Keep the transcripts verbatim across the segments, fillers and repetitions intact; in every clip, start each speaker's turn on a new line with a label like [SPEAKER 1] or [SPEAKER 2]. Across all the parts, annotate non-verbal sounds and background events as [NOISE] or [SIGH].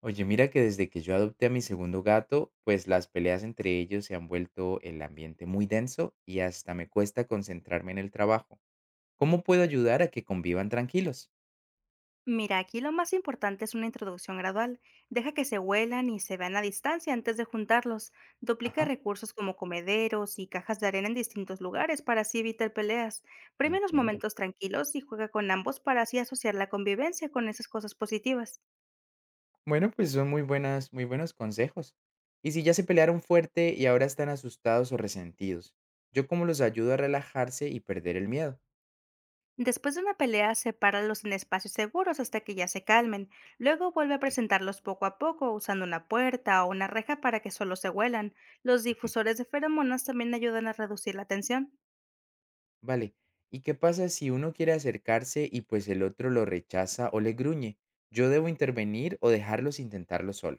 [SPEAKER 1] Oye, mira que desde que yo adopté a mi segundo gato, pues las peleas entre ellos se han vuelto el ambiente muy denso y hasta me cuesta concentrarme en el trabajo. ¿Cómo puedo ayudar a que convivan tranquilos?
[SPEAKER 2] Mira, aquí lo más importante es una introducción gradual. Deja que se huelan y se vean a distancia antes de juntarlos. Duplica
[SPEAKER 1] Ajá.
[SPEAKER 2] recursos como comederos y cajas de arena en distintos lugares para así evitar peleas. Premia los
[SPEAKER 1] Entiendo.
[SPEAKER 2] momentos tranquilos y juega con ambos para así asociar la convivencia con esas cosas positivas.
[SPEAKER 1] Bueno, pues son muy buenas, muy buenos consejos. Y si ya se pelearon fuerte y ahora están asustados o resentidos, ¿yo cómo los ayudo a relajarse y perder el miedo?
[SPEAKER 2] Después de una pelea, sepáralos en espacios seguros hasta que ya se calmen. Luego vuelve a
[SPEAKER 1] Sí.
[SPEAKER 2] presentarlos poco a poco usando una puerta o una reja para que solo se huelan. Los
[SPEAKER 1] [LAUGHS]
[SPEAKER 2] difusores de feromonas también ayudan a reducir la tensión.
[SPEAKER 1] Vale, ¿y qué pasa si uno quiere acercarse y pues el otro lo rechaza o le gruñe? ¿Yo debo intervenir o dejarlos intentarlo solo?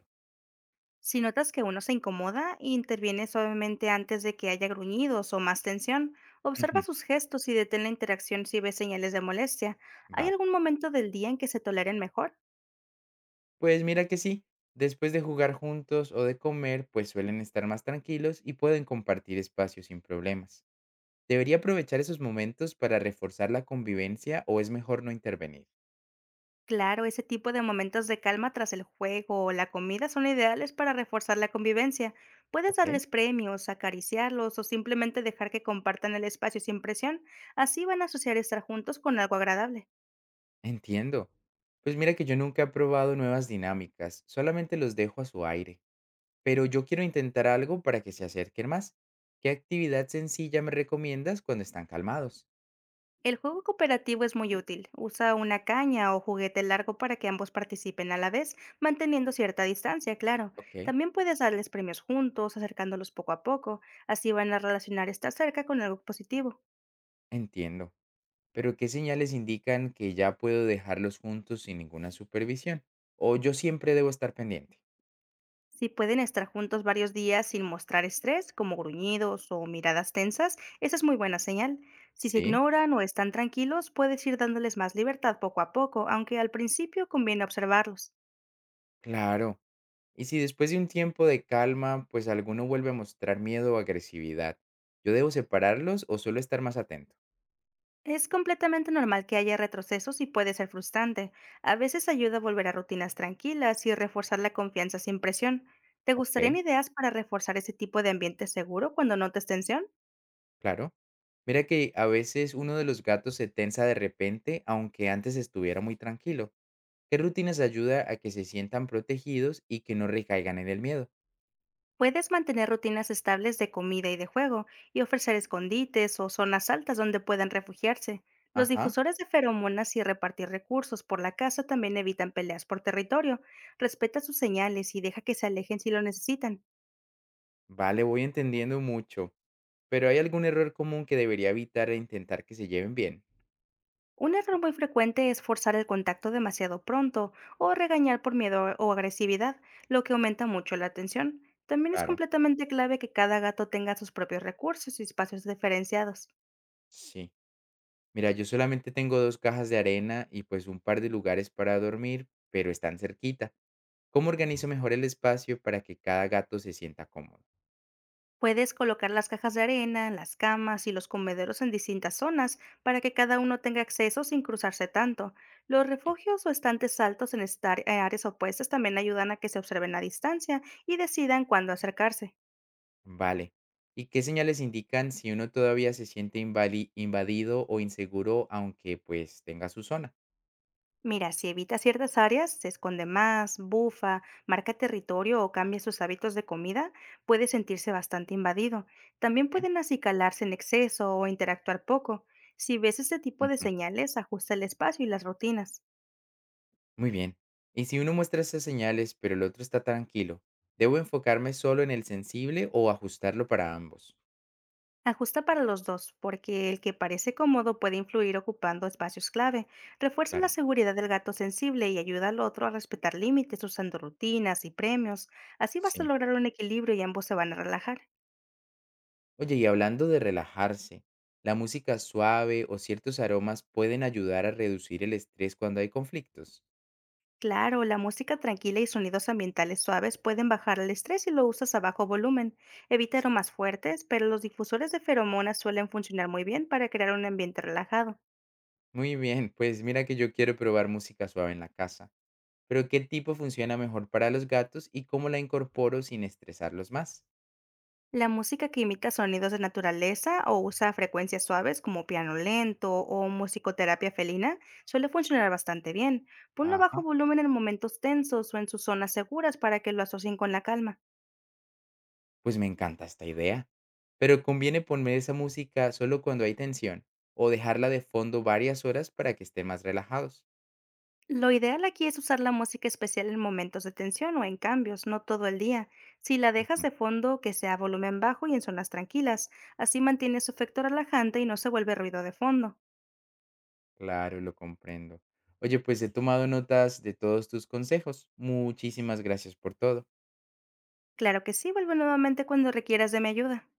[SPEAKER 2] Si notas que uno se incomoda, interviene suavemente antes de que haya gruñidos o más tensión. Observa
[SPEAKER 1] Ujú.
[SPEAKER 2] sus gestos y detén la interacción si ves señales de molestia. ¿Hay
[SPEAKER 1] Vale,
[SPEAKER 2] algún momento del día en que se toleren mejor?
[SPEAKER 1] pues mira que sí, después de jugar juntos o de comer, pues suelen estar más tranquilos y pueden compartir espacio sin problemas. ¿Debería aprovechar esos momentos para reforzar la convivencia o es mejor no intervenir?
[SPEAKER 2] Claro, ese tipo de momentos de calma tras el juego o la comida son ideales para reforzar la convivencia. Puedes
[SPEAKER 1] Ok.
[SPEAKER 2] darles premios, acariciarlos o simplemente dejar que compartan el espacio sin presión. Así van a asociar estar juntos con algo agradable.
[SPEAKER 1] Entiendo. Pues mira que yo nunca he probado nuevas dinámicas, solamente los dejo a su aire, pero yo quiero intentar algo para que se acerquen más. ¿Qué actividad sencilla me recomiendas cuando están calmados?
[SPEAKER 2] El juego cooperativo es muy útil. Usa una caña o juguete largo para que ambos participen a la vez, manteniendo cierta distancia, claro.
[SPEAKER 1] Ok.
[SPEAKER 2] También puedes darles premios juntos, acercándolos poco a poco. Así van a relacionar estar cerca con algo positivo.
[SPEAKER 1] Entiendo, pero ¿qué señales indican que ya puedo dejarlos juntos sin ninguna supervisión? ¿O yo siempre debo estar pendiente?
[SPEAKER 2] Si pueden estar juntos varios días sin mostrar estrés, como gruñidos o miradas tensas, esa es muy buena señal. Si se
[SPEAKER 1] Sí,
[SPEAKER 2] ignoran o están tranquilos, puedes ir dándoles más libertad poco a poco, aunque al principio conviene observarlos.
[SPEAKER 1] claro. Y si después de un tiempo de calma, pues alguno vuelve a mostrar miedo o agresividad, ¿yo debo separarlos o solo estar más atento?
[SPEAKER 2] Es completamente normal que haya retrocesos y puede ser frustrante. A veces ayuda a volver a rutinas tranquilas y reforzar la confianza sin presión. ¿Te gustarían
[SPEAKER 1] Ok,
[SPEAKER 2] ideas para reforzar ese tipo de ambiente seguro cuando notes tensión?
[SPEAKER 1] claro. Mira que a veces uno de los gatos se tensa de repente, aunque antes estuviera muy tranquilo. ¿Qué rutinas ayuda a que se sientan protegidos y que no recaigan en el miedo?
[SPEAKER 2] Puedes mantener rutinas estables de comida y de juego y ofrecer escondites o zonas altas donde puedan refugiarse. Los
[SPEAKER 1] Ajá,
[SPEAKER 2] difusores de feromonas y repartir recursos por la casa también evitan peleas por territorio. Respeta sus señales y deja que se alejen si lo necesitan.
[SPEAKER 1] vale, voy entendiendo mucho. Pero ¿hay algún error común que debería evitar e intentar que se lleven bien?
[SPEAKER 2] Un error muy frecuente es forzar el contacto demasiado pronto o regañar por miedo o agresividad, lo que aumenta mucho la tensión. También es
[SPEAKER 1] Claro,
[SPEAKER 2] completamente clave que cada gato tenga sus propios recursos y espacios diferenciados.
[SPEAKER 1] sí. Mira, yo solamente tengo dos cajas de arena y pues un par de lugares para dormir, pero están cerquita. ¿Cómo organizo mejor el espacio para que cada gato se sienta cómodo?
[SPEAKER 2] Puedes colocar las cajas de arena, las camas y los comederos en distintas zonas para que cada uno tenga acceso sin cruzarse tanto. Los
[SPEAKER 1] Sí,
[SPEAKER 2] refugios o estantes altos en estar- en áreas opuestas también ayudan a que se observen a distancia y decidan cuándo acercarse.
[SPEAKER 1] vale. ¿Y qué señales indican si uno todavía se siente invali- invadido o inseguro aunque pues tenga su zona?
[SPEAKER 2] Mira, si evita ciertas áreas, se esconde más, bufa, marca territorio o cambia sus hábitos de comida, puede sentirse bastante invadido. También
[SPEAKER 1] Ok,
[SPEAKER 2] pueden acicalarse en exceso o interactuar poco. Si ves este tipo de
[SPEAKER 1] ujú.
[SPEAKER 2] señales, ajusta el espacio y las rutinas.
[SPEAKER 1] Muy bien. Y si uno muestra esas señales, pero el otro está tranquilo, ¿debo enfocarme solo en el sensible o ajustarlo para ambos?
[SPEAKER 2] Ajusta para los dos, porque el que parece cómodo puede influir ocupando espacios clave. Refuerza la
[SPEAKER 1] Claro,
[SPEAKER 2] seguridad del gato sensible y ayuda al otro a respetar límites usando rutinas y premios. Así vas a
[SPEAKER 1] sí.
[SPEAKER 2] lograr un equilibrio y ambos se van a relajar.
[SPEAKER 1] Oye, y hablando de relajarse, ¿la música suave o ciertos aromas pueden ayudar a reducir el estrés cuando hay conflictos?
[SPEAKER 2] Claro, la música tranquila y sonidos ambientales suaves pueden bajar el estrés si lo usas a bajo volumen. Evita
[SPEAKER 1] Sí.
[SPEAKER 2] aromas fuertes, pero los difusores de feromonas suelen funcionar muy bien para crear un ambiente relajado.
[SPEAKER 1] Muy bien, pues mira que yo quiero probar música suave en la casa, pero ¿qué tipo funciona mejor para los gatos y cómo la incorporo sin estresarlos más?
[SPEAKER 2] La música que imita sonidos de naturaleza o usa frecuencias suaves como piano lento o musicoterapia felina suele funcionar bastante bien. Ponlo a bajo
[SPEAKER 1] Ajá.
[SPEAKER 2] volumen en momentos tensos o en sus zonas seguras para que lo asocien con la calma.
[SPEAKER 1] Pues me encanta esta idea, pero conviene poner esa música solo cuando hay tensión o dejarla de fondo varias horas para que estén más relajados.
[SPEAKER 2] Lo ideal aquí es usar la música especial en momentos de tensión o en cambios, no todo el día. Si la dejas
[SPEAKER 1] Ujú.
[SPEAKER 2] de fondo, que sea a volumen bajo y en zonas tranquilas. Así mantiene su efecto relajante y no se vuelve ruido de fondo.
[SPEAKER 1] Claro, lo comprendo. Oye, pues he tomado notas de todos tus consejos. Muchísimas gracias por todo.
[SPEAKER 2] Claro que sí, vuelve nuevamente cuando requieras de mi ayuda.